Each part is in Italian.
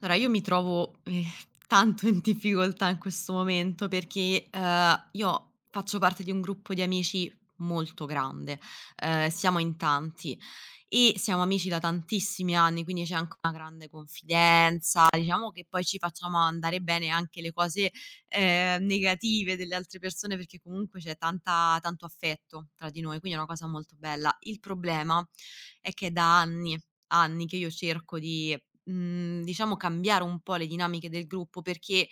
Allora io mi trovo, tanto in difficoltà in questo momento perché, io faccio parte di un gruppo di amici molto grande, siamo in tanti e siamo amici da tantissimi anni, quindi c'è anche una grande confidenza, diciamo che poi ci facciamo andare bene anche le cose, negative delle altre persone perché comunque c'è tanta tanto affetto tra di noi, quindi è una cosa molto bella. Il problema è che è da anni, anni che io cerco di diciamo cambiare un po' le dinamiche del gruppo perché,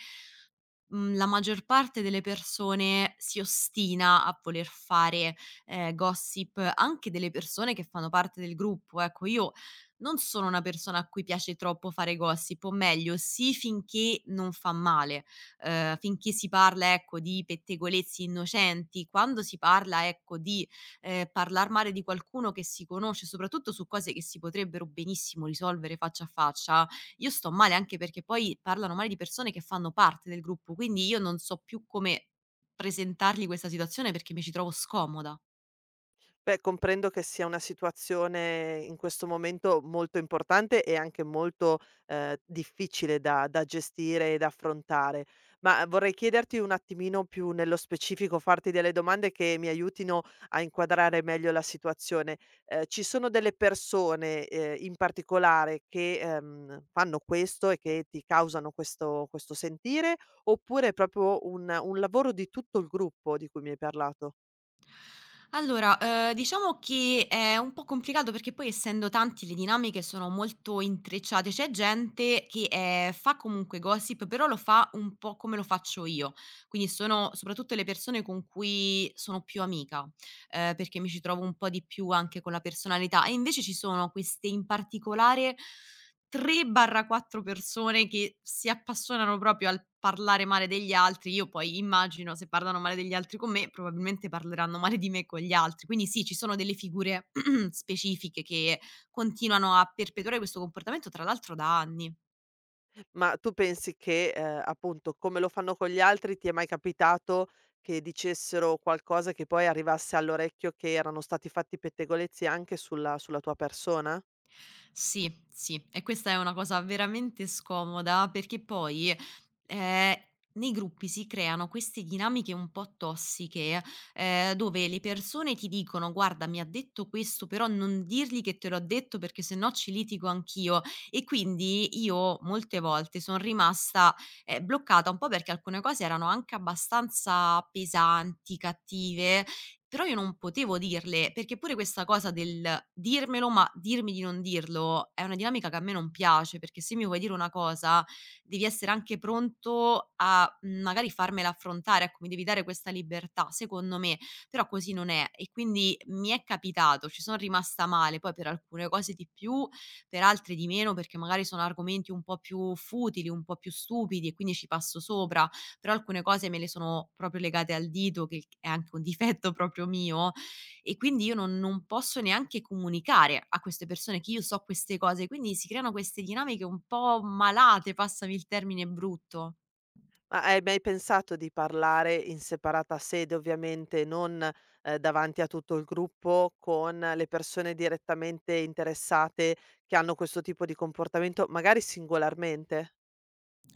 la maggior parte delle persone si ostina a voler fare, gossip anche delle persone che fanno parte del gruppo. Ecco, io non sono una persona a cui piace troppo fare gossip, o meglio sì finché non fa male, finché si parla, ecco, di pettegolezzi innocenti, quando si parla, ecco, di parlar male di qualcuno che si conosce, soprattutto su cose che si potrebbero benissimo risolvere faccia a faccia, io sto male anche perché poi parlano male di persone che fanno parte del gruppo, quindi io non so più come presentargli questa situazione perché mi ci trovo scomoda. Beh, comprendo che sia una situazione in questo momento molto importante e anche molto difficile da gestire e da affrontare, ma vorrei chiederti un attimino più nello specifico, farti delle domande che mi aiutino a inquadrare meglio la situazione. Ci sono delle persone in particolare che fanno questo e che ti causano questo, questo sentire, oppure è proprio un lavoro di tutto il gruppo di cui mi hai parlato? Allora, diciamo che è un po' complicato perché poi essendo tanti le dinamiche sono molto intrecciate. C'è gente che, fa comunque gossip, però lo fa un po' come lo faccio io. Quindi sono soprattutto le persone con cui sono più amica, perché mi ci trovo un po' di più anche con la personalità e invece ci sono queste in particolare 3/4 persone che si appassionano proprio al parlare male degli altri. Io poi immagino se parlano male degli altri con me, probabilmente parleranno male di me con gli altri. Quindi sì, ci sono delle figure specifiche che continuano a perpetuare questo comportamento, tra l'altro da anni. Ma tu pensi che, appunto, come lo fanno con gli altri, ti è mai capitato che dicessero qualcosa che poi arrivasse all'orecchio che erano stati fatti pettegolezzi anche sulla sulla tua persona? Sì, sì, e questa è una cosa veramente scomoda perché poi, ehm, nei gruppi si creano queste dinamiche un po' tossiche, dove le persone ti dicono: "Guarda, mi ha detto questo, però non dirgli che te l'ho detto perché se no ci litigo anch'io". E quindi io molte volte son rimasta, bloccata un po' perché alcune cose erano anche abbastanza pesanti, cattive però io non potevo dirle, perché pure questa cosa del dirmelo, ma dirmi di non dirlo, è una dinamica che a me non piace, perché se mi vuoi dire una cosa devi essere anche pronto a, magari farmela affrontare, ecco, mi devi dare questa libertà, secondo me. Però così non è e quindi mi è capitato, ci sono rimasta male, poi per alcune cose di più, per altre di meno, perché magari sono argomenti un po' più futili, un po' più stupidi e quindi ci passo sopra però alcune cose me le sono proprio legate al dito, che è anche un difetto proprio mio, e quindi io non posso neanche comunicare a queste persone che io so queste cose, quindi si creano queste dinamiche un po' malate, passami il termine brutto. Ma hai mai pensato di parlare in separata sede, ovviamente non, davanti a tutto il gruppo, con le persone direttamente interessate che hanno questo tipo di comportamento, magari singolarmente?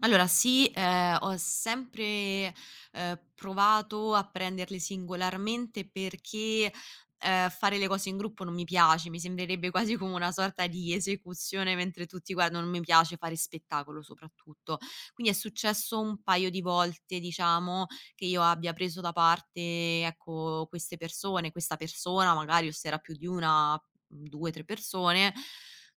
Allora sì, ho sempre, provato a prenderle singolarmente perché, fare le cose in gruppo non mi piace, mi sembrerebbe quasi come una sorta di esecuzione mentre tutti guardano, non mi piace fare spettacolo soprattutto. Quindi è successo un paio di volte, diciamo, che io abbia preso da parte, ecco, queste persone, questa persona magari o se era più di una, 2, 3 persone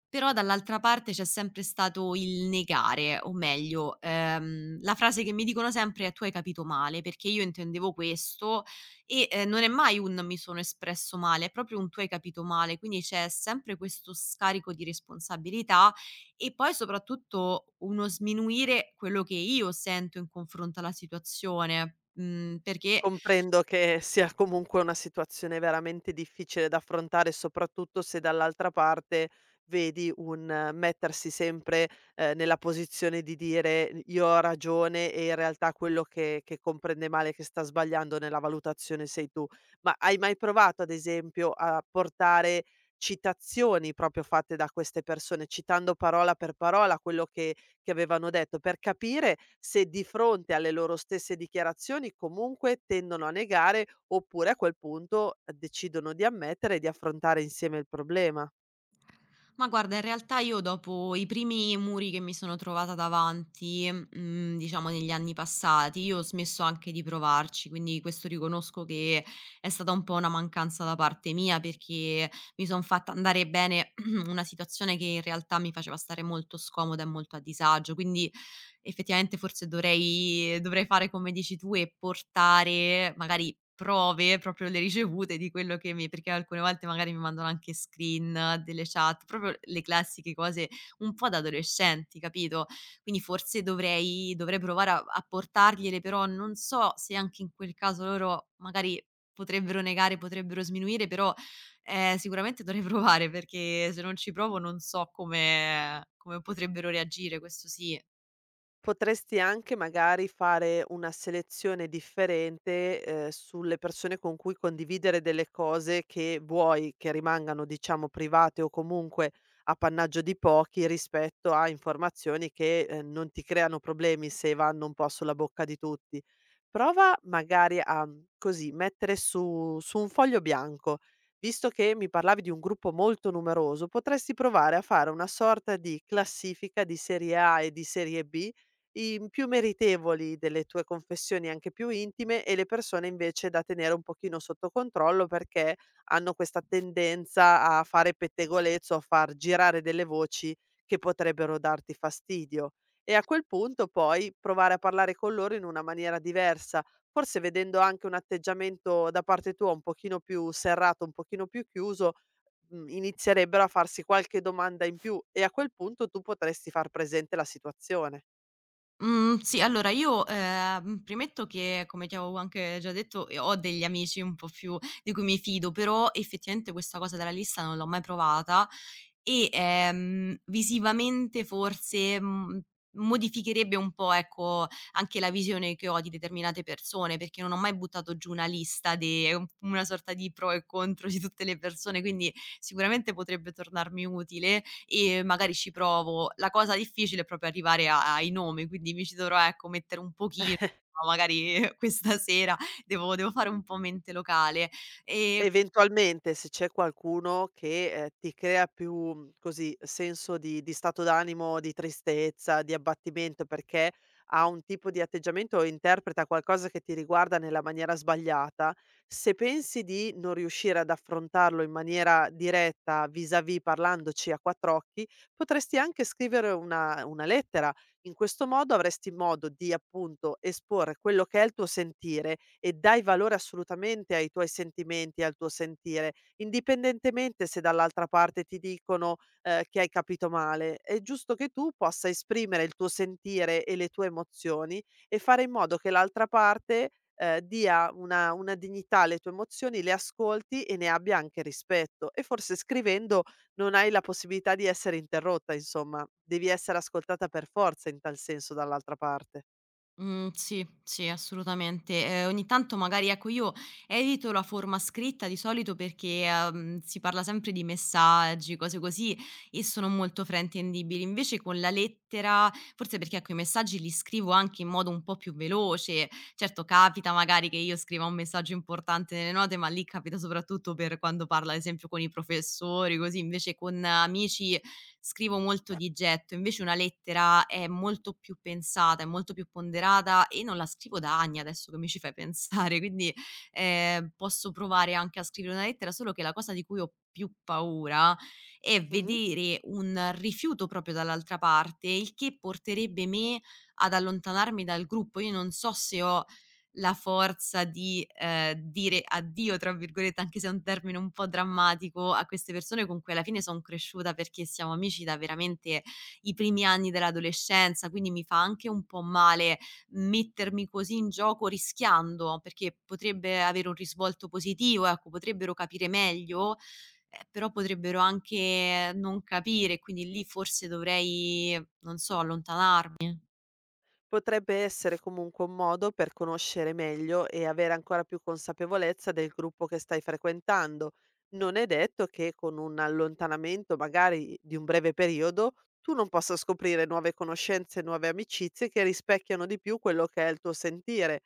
però dall'altra parte c'è sempre stato il negare, o meglio, la frase che mi dicono sempre è: "Tu hai capito male, perché io intendevo questo" e, non è mai un "mi sono espresso male", è proprio un "tu hai capito male", quindi c'è sempre questo scarico di responsabilità e poi soprattutto uno sminuire quello che io sento in confronto alla situazione, perché. Comprendo che sia comunque una situazione veramente difficile da affrontare, soprattutto se dall'altra parte vedi un mettersi sempre, nella posizione di dire: "Io ho ragione" e in realtà quello che comprende male, che sta sbagliando nella valutazione sei tu. Ma hai mai provato, ad esempio, a portare citazioni proprio fatte da queste persone, citando parola per parola quello che avevano detto, per capire se di fronte alle loro stesse dichiarazioni comunque tendono a negare oppure a quel punto decidono di ammettere e di affrontare insieme il problema. Ma guarda, in realtà io dopo i primi muri che mi sono trovata davanti, diciamo negli anni passati, io ho smesso anche di provarci, quindi questo riconosco che è stata un po' una mancanza da parte mia, perché mi son fatta andare bene una situazione che in realtà mi faceva stare molto scomoda e molto a disagio. Quindi effettivamente forse dovrei fare come dici tu e portare magari prove, proprio le ricevute di quello che mi perché alcune volte magari mi mandano anche screen delle chat, proprio le classiche cose un po' da adolescenti, capito? Quindi forse dovrei provare a portargliele, però non so se anche in quel caso loro magari potrebbero negare, potrebbero sminuire, però, sicuramente dovrei provare perché se non ci provo non so come potrebbero reagire, questo sì. Potresti anche magari fare una selezione differente, sulle persone con cui condividere delle cose che vuoi che rimangano, diciamo, private o comunque appannaggio di pochi rispetto a informazioni che, non ti creano problemi se vanno un po' sulla bocca di tutti. Prova magari a, mhmm, così mettere su su un foglio bianco, visto che mi parlavi di un gruppo molto numeroso, potresti provare a fare una sorta di classifica di serie A e di serie B, i mhmm, più meritevoli delle tue confessioni anche più intime e le persone invece da tenere un pochino sotto controllo perché hanno questa tendenza a fare pettegolezzo, a far girare delle voci che potrebbero darti fastidio. E a quel punto poi provare a parlare con loro in una maniera diversa, forse vedendo anche un atteggiamento da parte tua un pochino più serrato, un pochino più chiuso, inizierebbero a farsi qualche domanda in più e a quel punto tu potresti far presente la situazione. Mhmm, sì, allora io, premetto che, come ti avevo anche già detto, ho degli amici un po' più di cui mi fido, però effettivamente questa cosa della lista non l'ho mai provata e, visivamente forse, modificherebbe un po', ecco, anche la visione che ho di determinate persone, perché non ho mai buttato giù una lista de un una sorta di pro e contro di tutte le persone, quindi sicuramente potrebbe tornarmi utile e magari ci provo. La cosa difficile è proprio arrivare a ai nomi, quindi mi ci dovrò, ecco, mettere un pochino, magari questa sera devo fare un po' mente locale. E. Eventualmente, se c'è qualcuno che, ti crea più, mhmm, così, senso di stato d'animo, di tristezza, di abbattimento, perché ha un tipo di atteggiamento o interpreta qualcosa che ti riguarda nella maniera sbagliata, se pensi di non riuscire ad affrontarlo in maniera diretta, vis-à-vis, parlandoci a quattr'occhi, potresti anche scrivere una lettera in questo modo avresti modo di, appunto, esporre quello che è il tuo sentire e dai valore assolutamente ai tuoi sentimenti e al tuo sentire, indipendentemente se dall'altra parte ti dicono, che hai capito male. È giusto che tu possa esprimere il tuo sentire e le tue emozioni e fare in modo che l'altra parte, dia una dignità alle tue emozioni, le ascolti e ne abbia anche rispetto e forse scrivendo non hai la possibilità di essere interrotta, insomma, devi essere ascoltata per forza in tal senso dall'altra parte. Mhmm, sì, sì, assolutamente. Ogni tanto magari ecco, io evito la forma scritta di solito perché, si parla sempre di messaggi, cose così, e sono molto fraintendibili. Invece con la lettera forse perché ecco, i messaggi li scrivo anche in modo un po' più veloce. Certo capita magari che io scriva un messaggio importante nelle note, ma lì capita soprattutto per quando parlo ad esempio con i professori, così. Invece con amici scrivo molto di getto, invece una lettera è molto più pensata, è molto più ponderata e non la scrivo da anni adesso che mi ci fai pensare, quindi, posso provare anche a scrivere una lettera, solo che la cosa di cui ho più paura è Mh-mh. vedere un rifiuto proprio dall'altra parte, il che porterebbe me ad allontanarmi dal gruppo. Io non so se ho la forza di, dire "addio" tra virgolette, anche se è un termine un po' drammatico, a queste persone con cui alla fine son cresciuta, perché siamo amici da veramente i primi anni dell'adolescenza, quindi mi fa anche un po' male mettermi così in gioco rischiando, perché potrebbe avere un risvolto positivo, ecco, potrebbero capire meglio, però potrebbero anche non capire, quindi lì forse dovrei, non so, allontanarmi. Potrebbe essere comunque un modo per conoscere meglio e avere ancora più consapevolezza del gruppo che stai frequentando. Non è detto che con un allontanamento, magari di un breve periodo, tu non possa scoprire nuove conoscenze, nuove amicizie che rispecchiano di più quello che è il tuo sentire.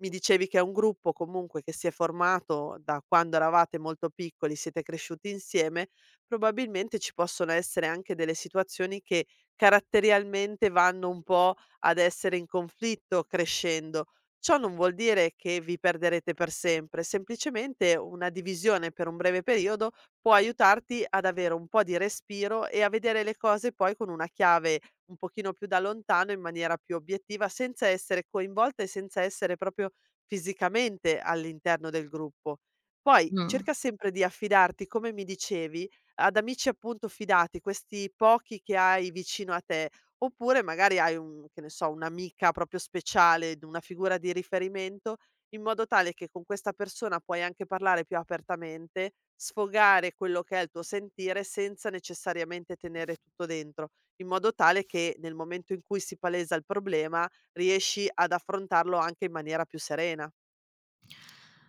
Mi dicevi che è un gruppo comunque che si è formato da quando eravate molto piccoli, siete cresciuti insieme, probabilmente ci possono essere anche delle situazioni che caratterialmente vanno un po' ad essere in conflitto crescendo. Ciò non vuol dire che vi perderete per sempre, semplicemente una divisione per un breve periodo può aiutarti ad avere un po' di respiro e a vedere le cose poi con una chiave un pochino più da lontano in maniera più obiettiva, senza essere coinvolta e senza essere proprio fisicamente all'interno del gruppo. Poi Mh. cerca sempre di affidarti, come mi dicevi, ad amici appunto fidati, questi pochi che hai vicino a te, oppure magari hai un che ne so, un'amica proprio speciale, d una figura di riferimento, in modo tale che con questa persona puoi anche parlare più apertamente, sfogare quello che è il tuo sentire senza necessariamente tenere tutto dentro, in modo tale che nel momento in cui si palesa il problema, riesci ad affrontarlo anche in maniera più serena.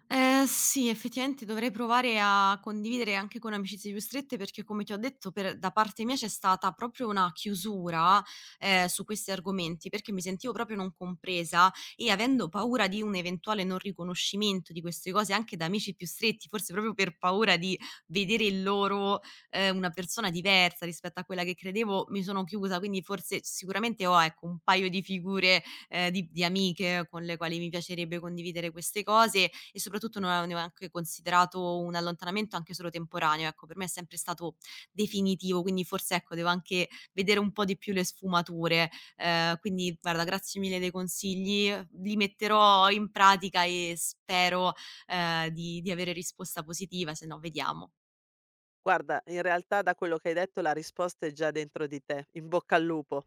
Sì, effettivamente dovrei provare a condividere anche con amicizie più strette, perché come ti ho detto per da parte mia c'è stata proprio una chiusura, su questi argomenti, perché mi sentivo proprio non compresa e avendo paura di un eventuale non riconoscimento di queste cose anche da amici più stretti, forse proprio per paura di vedere in loro, una persona diversa rispetto a quella che credevo, mi sono chiusa. Quindi forse sicuramente ho, ecco, un paio di figure, di amiche con le quali mi piacerebbe condividere queste cose e soprattutto non avevo neanche considerato un allontanamento anche solo temporaneo. Ecco, per me è sempre stato definitivo, quindi forse ecco devo anche vedere un po' di più le sfumature. Quindi guarda grazie mille dei consigli, li metterò in pratica e spero, di avere risposta positiva, se no vediamo. Guarda, in realtà da quello che hai detto la risposta è già dentro di te. In bocca al lupo.